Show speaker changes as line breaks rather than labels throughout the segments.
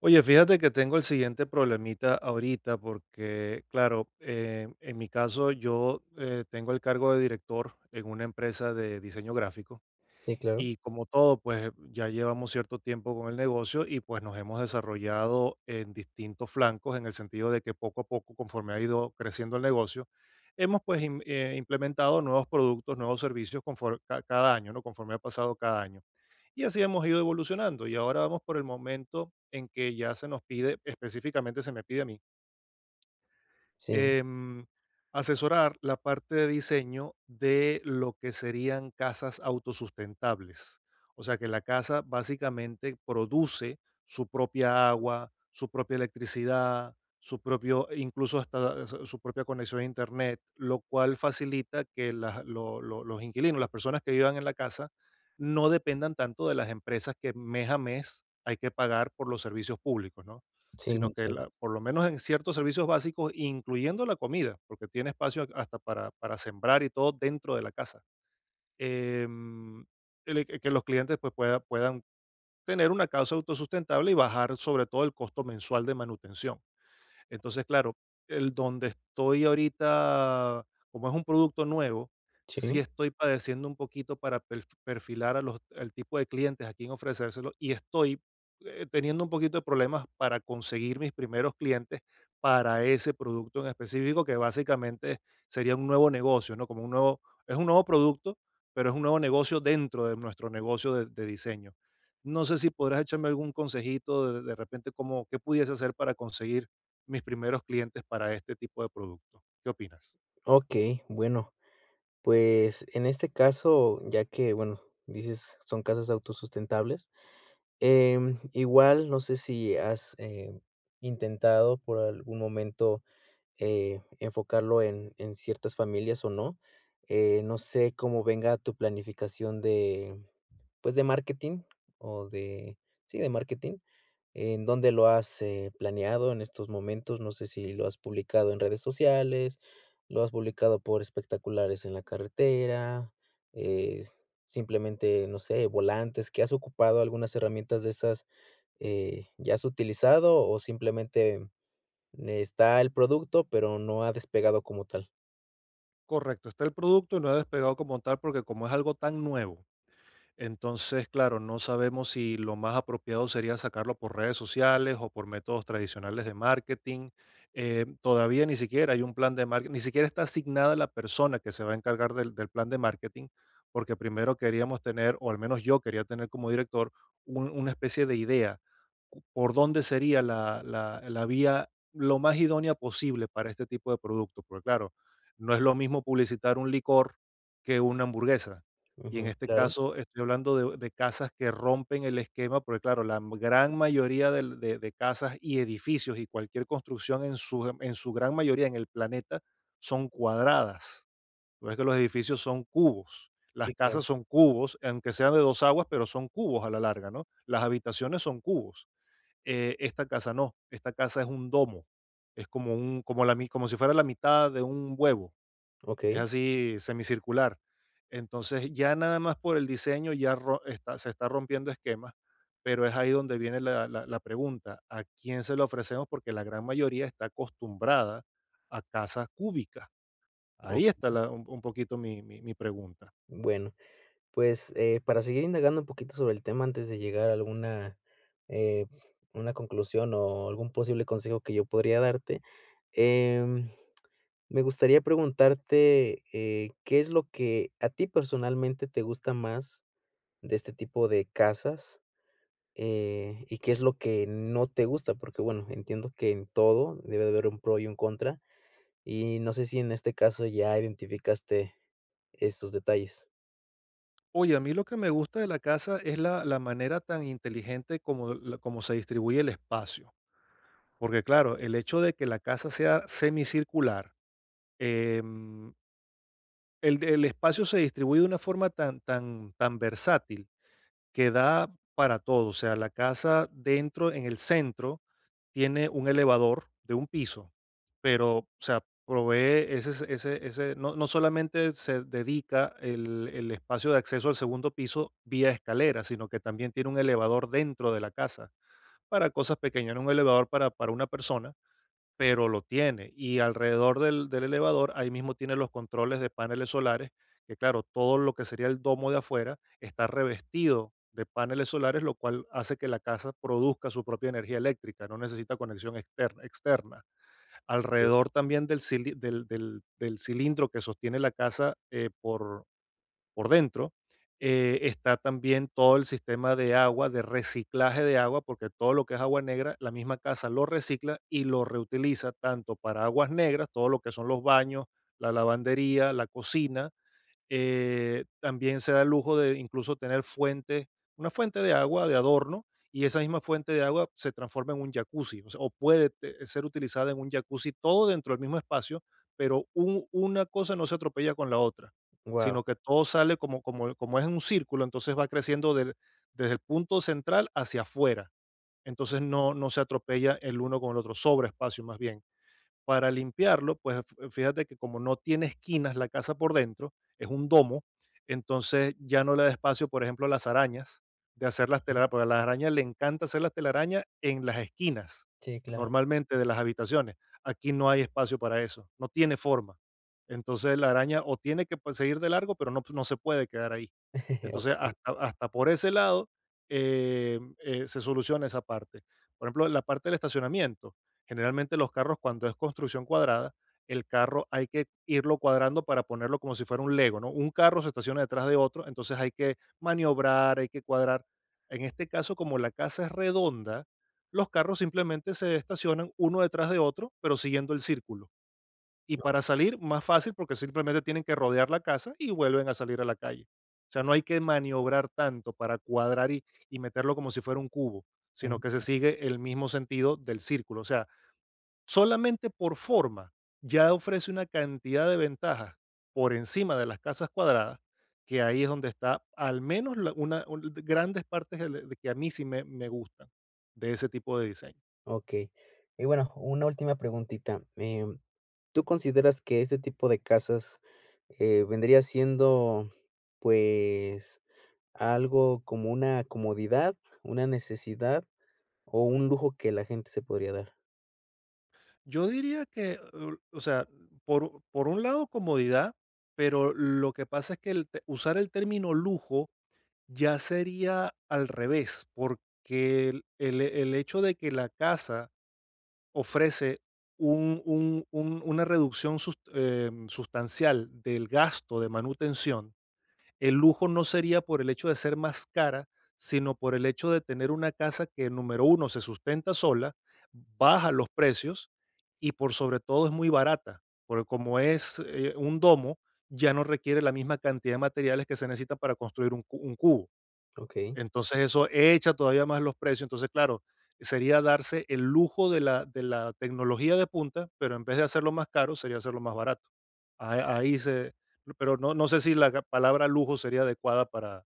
Oye, fíjate que tengo el siguiente problemita ahorita porque, claro, en mi caso yo tengo el cargo de director en una empresa de diseño gráfico.
Sí, claro.
Y como todo, pues ya llevamos cierto tiempo con el negocio y pues nos hemos desarrollado en distintos flancos en el sentido de que poco a poco, conforme ha ido creciendo el negocio, hemos pues implementado nuevos productos, nuevos servicios conforme, cada año, ¿no? Conforme ha pasado cada año. Y así hemos ido evolucionando y ahora vamos por el momento en que ya se nos pide, específicamente se me pide a mí,
Sí,
em, asesorar la parte de diseño de lo que serían casas autosustentables. O sea, que la casa básicamente produce su propia agua, su propia electricidad, su propio, incluso hasta su propia conexión a internet, lo cual facilita que los inquilinos, las personas que vivan en la casa, no dependan tanto de las empresas que mes a mes hay que pagar por los servicios públicos, ¿no?
sí,
Sino que
entiendo.
por lo menos en ciertos servicios básicos, incluyendo la comida, porque tiene espacio hasta para sembrar y todo dentro de la casa. Em, que los clientes pues, puedan tener una causa autosustentable y bajar sobre todo el costo mensual de manutención. Entonces, claro, el donde estoy ahorita, como es un producto nuevo, sí
Sí.
estoy padeciendo un poquito para perfilar a los, al tipo de clientes a quien ofrecérselo y estoy teniendo un poquito de problemas para conseguir mis primeros clientes para ese producto en específico que básicamente sería un nuevo negocio, ¿no? Como un nuevo, es un nuevo producto, pero es un nuevo negocio dentro de nuestro negocio de diseño. No sé si podrás echarme algún consejito de repente cómo, qué pudiese hacer para conseguir mis primeros clientes para este tipo de producto. ¿Qué opinas?
Okey, bueno, pues, en este caso, ya que, bueno, dices, son casas autosustentables, igual, no sé si has, intentado por algún momento, enfocarlo en ciertas familias o no. No sé cómo venga tu planificación de, pues, de marketing o de sí, de marketing. ¿En dónde lo has, planeado en estos momentos? No sé si lo has publicado en redes sociales, lo has publicado por espectaculares en la carretera, eh, simplemente, no sé, volantes, ¿que has ocupado algunas herramientas de esas, ya has utilizado o simplemente está el producto, pero no ha despegado como tal?
Correcto, está el producto y no ha despegado como tal porque como es algo tan nuevo, entonces, claro, no sabemos si lo más apropiado sería sacarlo por redes sociales o por métodos tradicionales de marketing. Todavía ni siquiera hay un plan de marketing, ni siquiera está asignada la persona que se va a encargar del, del plan de marketing, porque primero queríamos tener, o al menos yo quería tener como director, una especie de idea por dónde sería la, la, la vía lo más idónea posible para este tipo de producto. Porque claro, no es lo mismo publicitar un licor que una hamburguesa, y en
Ujú,
este
claro.
caso estoy hablando de casas que rompen el esquema, porque claro, gran mayoría del de casas y edificios y cualquier construcción en su en su gran mayoría en el planeta son cuadradas. Tú ves que los edificios son cubos, las
Sí, claro.
casas son cubos, aunque sean de 2 aguas, pero son cubos a la larga, ¿no? Las habitaciones son cubos. Esta casa no, esta casa es un domo, es como un como la mi como si fuera la mitad de un huevo, es
Okey,
así semicircular. Entonces ya nada más por el diseño ya se está rompiendo esquemas, pero es ahí donde viene la, la pregunta, ¿a quién se lo ofrecemos? Porque la gran mayoría está acostumbrada a casas cúbicas. Ahí está
okey.
un poquito mi, mi pregunta.
Bueno. Pues, para seguir indagando un poquito sobre el tema antes de llegar a alguna, eh, una conclusión o algún posible consejo que yo podría darte, em, me gustaría preguntarte, ¿qué es lo que a ti personalmente te gusta más de este tipo de casas? ¿Y qué es lo que no te gusta? Porque, bueno, entiendo que en todo debe de haber un pro y un contra, y no sé si en este caso ya identificaste estos detalles.
Oye, a mí lo que me gusta de la casa es la, la manera tan inteligente como, como se distribuye el espacio. Porque claro, el hecho de que la casa sea semicircular, em, el espacio se distribuye de una forma tan, tan, tan versátil que da para todo. O sea, la casa dentro, en el centro, tiene un elevador de un piso, pero, o sea, provee ese, ese, ese, no, no solamente se dedica el espacio de acceso al segundo piso vía escalera, sino que también tiene un elevador dentro de la casa para cosas pequeñas, no un elevador para una persona, pero lo tiene. Y alrededor del, del elevador, ahí mismo tiene los controles de paneles solares, que claro, todo lo que sería el domo de afuera está revestido de paneles solares, lo cual hace que la casa produzca su propia energía eléctrica, no necesita conexión externa.
Wow.
Alrededor también del, del cilindro que sostiene la casa por dentro. Está también todo el sistema de agua, de reciclaje de agua, porque todo lo que es agua negra, la misma casa lo recicla y lo reutiliza tanto para aguas negras, todo lo que son los baños, la lavandería, la cocina, también se da el lujo de incluso tener fuente, una fuente de agua de adorno, y esa misma fuente de agua se transforma en un jacuzzi, o sea, o puede ser utilizada en un jacuzzi, todo dentro del mismo espacio, pero una cosa no se atropella con la otra, sino que todo sale como, como, como es en un círculo, entonces va creciendo desde el punto central hacia afuera, entonces no, no se atropella el uno con el otro, sobre espacio más bien. Para limpiarlo, pues f fíjate que como no tiene esquinas la casa por dentro, es un domo, entonces ya no le da espacio, por ejemplo, a las arañas de hacer las telarañas, porque a las arañas le encanta hacer las telarañas en las esquinas,
Sí, claro.
normalmente de las habitaciones. Aquí no hay espacio para eso, no tiene forma. Entonces la araña o tiene que, pues, seguir de largo, pero no se puede quedar ahí. Entonces,
Ok.
hasta por ese lado, se soluciona esa parte. Por ejemplo, la parte del estacionamiento. Generalmente los carros cuando es construcción cuadrada, el carro hay que irlo cuadrando para ponerlo como si fuera un Lego, ¿no? Un carro se estaciona detrás de otro, entonces hay que maniobrar, hay que cuadrar. En este caso, como la casa es redonda, los carros simplemente se estacionan uno detrás de otro, pero siguiendo el círculo. Y
Ok,
para salir, más fácil, porque simplemente tienen que rodear la casa y vuelven a salir a la calle. O sea, no hay que maniobrar tanto para cuadrar y meterlo como si fuera un cubo, sino que se
sí,
sigue el mismo sentido del círculo. O sea, solamente por forma ya ofrece una cantidad de ventajas por encima de las casas cuadradas, que ahí es donde está al menos una, grandes partes de que a mí sí me gustan de ese tipo de diseño.
okey. Y bueno, una última preguntita, ¿tú consideras que este tipo de casas, vendría siendo, pues, algo como una comodidad, una necesidad o un lujo que la gente se podría dar?
Yo diría que, o sea, por un lado comodidad, pero lo que pasa es que usar el término lujo ya sería al revés, porque el hecho de que la casa ofrece un una reducción sustancial del gasto de manutención, el lujo no sería por el hecho de ser más cara, sino por el hecho de tener una casa que, número uno, se sustenta sola, baja los precios y, por sobre todo, es muy barata, porque como es, un domo, ya no requiere la misma cantidad de materiales que se necesitan para construir un cubo.
Ok,
Entonces eso echa todavía más los precios. Entonces, claro, sería darse el lujo de la tecnología de punta, pero en vez de hacerlo más caro, sería hacerlo más barato. Ah, ahí se, pero no, no sé si palabra lujo sería adecuada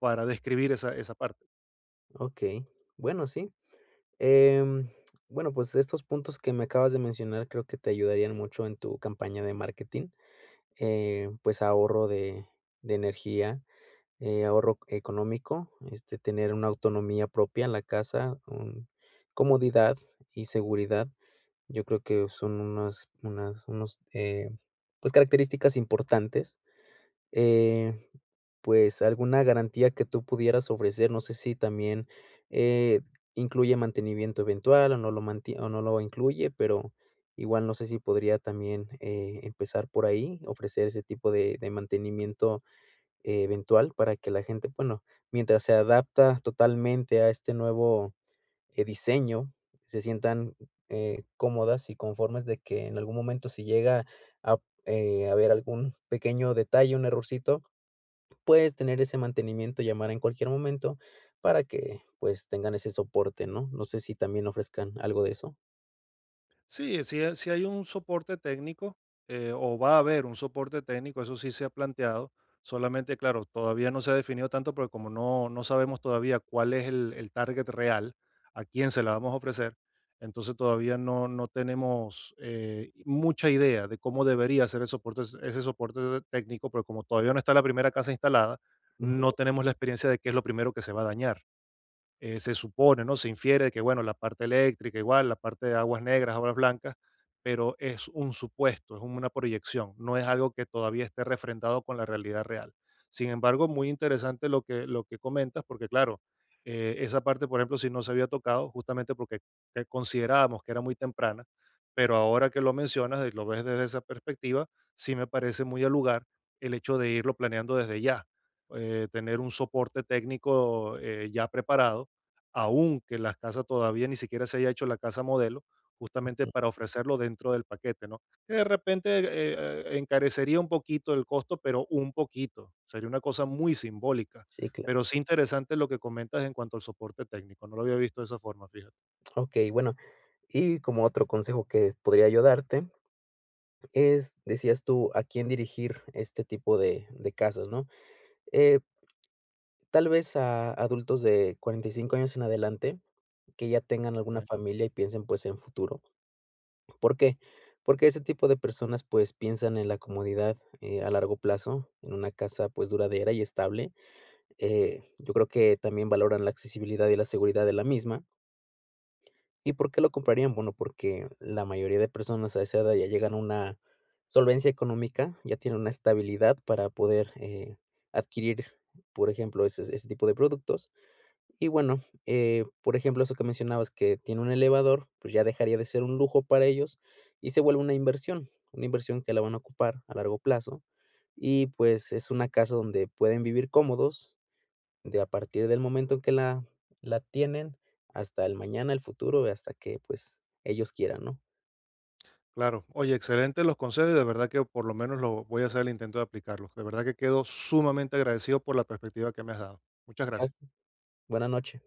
para describir esa, esa parte.
ok, bueno, sí. Em, bueno, pues, estos puntos que me acabas de mencionar creo que te ayudarían mucho en tu campaña de marketing, pues, ahorro de energía. Ahorro económico, este, tener una autonomía propia en la casa, un comodidad y seguridad. Yo creo que son unas unos, pues, características importantes. Eh, pues, alguna garantía que tú pudieras ofrecer, no sé si también, eh, incluye mantenimiento eventual o no lo manti o no lo incluye, pero igual no sé si podría también, empezar por ahí, ofrecer ese tipo de mantenimiento eventual para que la gente, bueno, mientras se adapta totalmente a este nuevo, diseño, se sientan, cómodas y conformes de que en algún momento si llega a, haber algún pequeño detalle, un errorcito, puedes tener ese mantenimiento, llamar en cualquier momento para que, pues, tengan ese soporte, ¿no? No sé si también ofrezcan algo de eso.
Sí, sí, sí hay un soporte técnico, o va a haber un soporte técnico, eso sí se ha planteado. Solamente, claro, todavía no se ha definido tanto porque como no, no sabemos todavía cuál es el target real, a quién se la vamos a ofrecer, entonces todavía no, no tenemos mucha idea de cómo debería ser el soporte, ese soporte técnico, pero como todavía no está la primera casa instalada,
Ujú.
no tenemos la experiencia de qué es lo primero que se va a dañar. Se supone, ¿no? Se infiere que, bueno, la parte eléctrica igual, la parte de aguas negras, aguas blancas, pero es un supuesto, es una proyección, no es algo que todavía esté refrendado con la realidad real. Sin embargo, muy interesante lo que comentas, porque claro, esa parte, por ejemplo, si no se había tocado, justamente porque te considerábamos que era muy temprana, pero ahora que lo mencionas y lo ves desde esa perspectiva, sí me parece muy al lugar el hecho de irlo planeando desde ya, tener un soporte técnico ya preparado, aunque la casa todavía ni siquiera se haya hecho la casa modelo, justamente para ofrecerlo dentro del paquete, ¿no? Que de repente encarecería un poquito el costo, pero un poquito. Sería una cosa muy simbólica.
Sí, claro.
Pero sí interesante lo que comentas en cuanto al soporte técnico. No lo había visto de esa forma, fíjate.
Okey, bueno, y como otro consejo que podría ayudarte es, decías tú, a quién dirigir este tipo de casos, ¿no? Eh, Tal vez a adultos de 45 años en adelante, que ya tengan alguna
Ok.
familia y piensen, pues, en futuro. ¿Por qué? Porque ese tipo de personas, pues, piensan en la comodidad, a largo plazo, en una casa, pues, duradera y estable. Yo creo que también valoran la accesibilidad y la seguridad de la misma. ¿Y por qué lo comprarían? Bueno, porque la mayoría de personas a esa edad ya llegan a una solvencia económica, ya tienen una estabilidad para poder, adquirir, por ejemplo, ese tipo de productos. Y bueno, por ejemplo, eso que mencionabas que tiene un elevador, pues ya dejaría de ser un lujo para ellos y se vuelve una inversión que la van a ocupar a largo plazo. Y, pues, es una casa donde pueden vivir cómodos, de a partir del momento en que la tienen hasta el mañana, el futuro, hasta que, pues, ellos quieran, ¿no?
Claro. Oye, excelentes los consejos, de verdad que por lo menos lo voy a hacer el intento de aplicarlos. De verdad que quedo sumamente agradecido por la perspectiva que me has dado. Muchas gracias.
Hasta- Buena noche.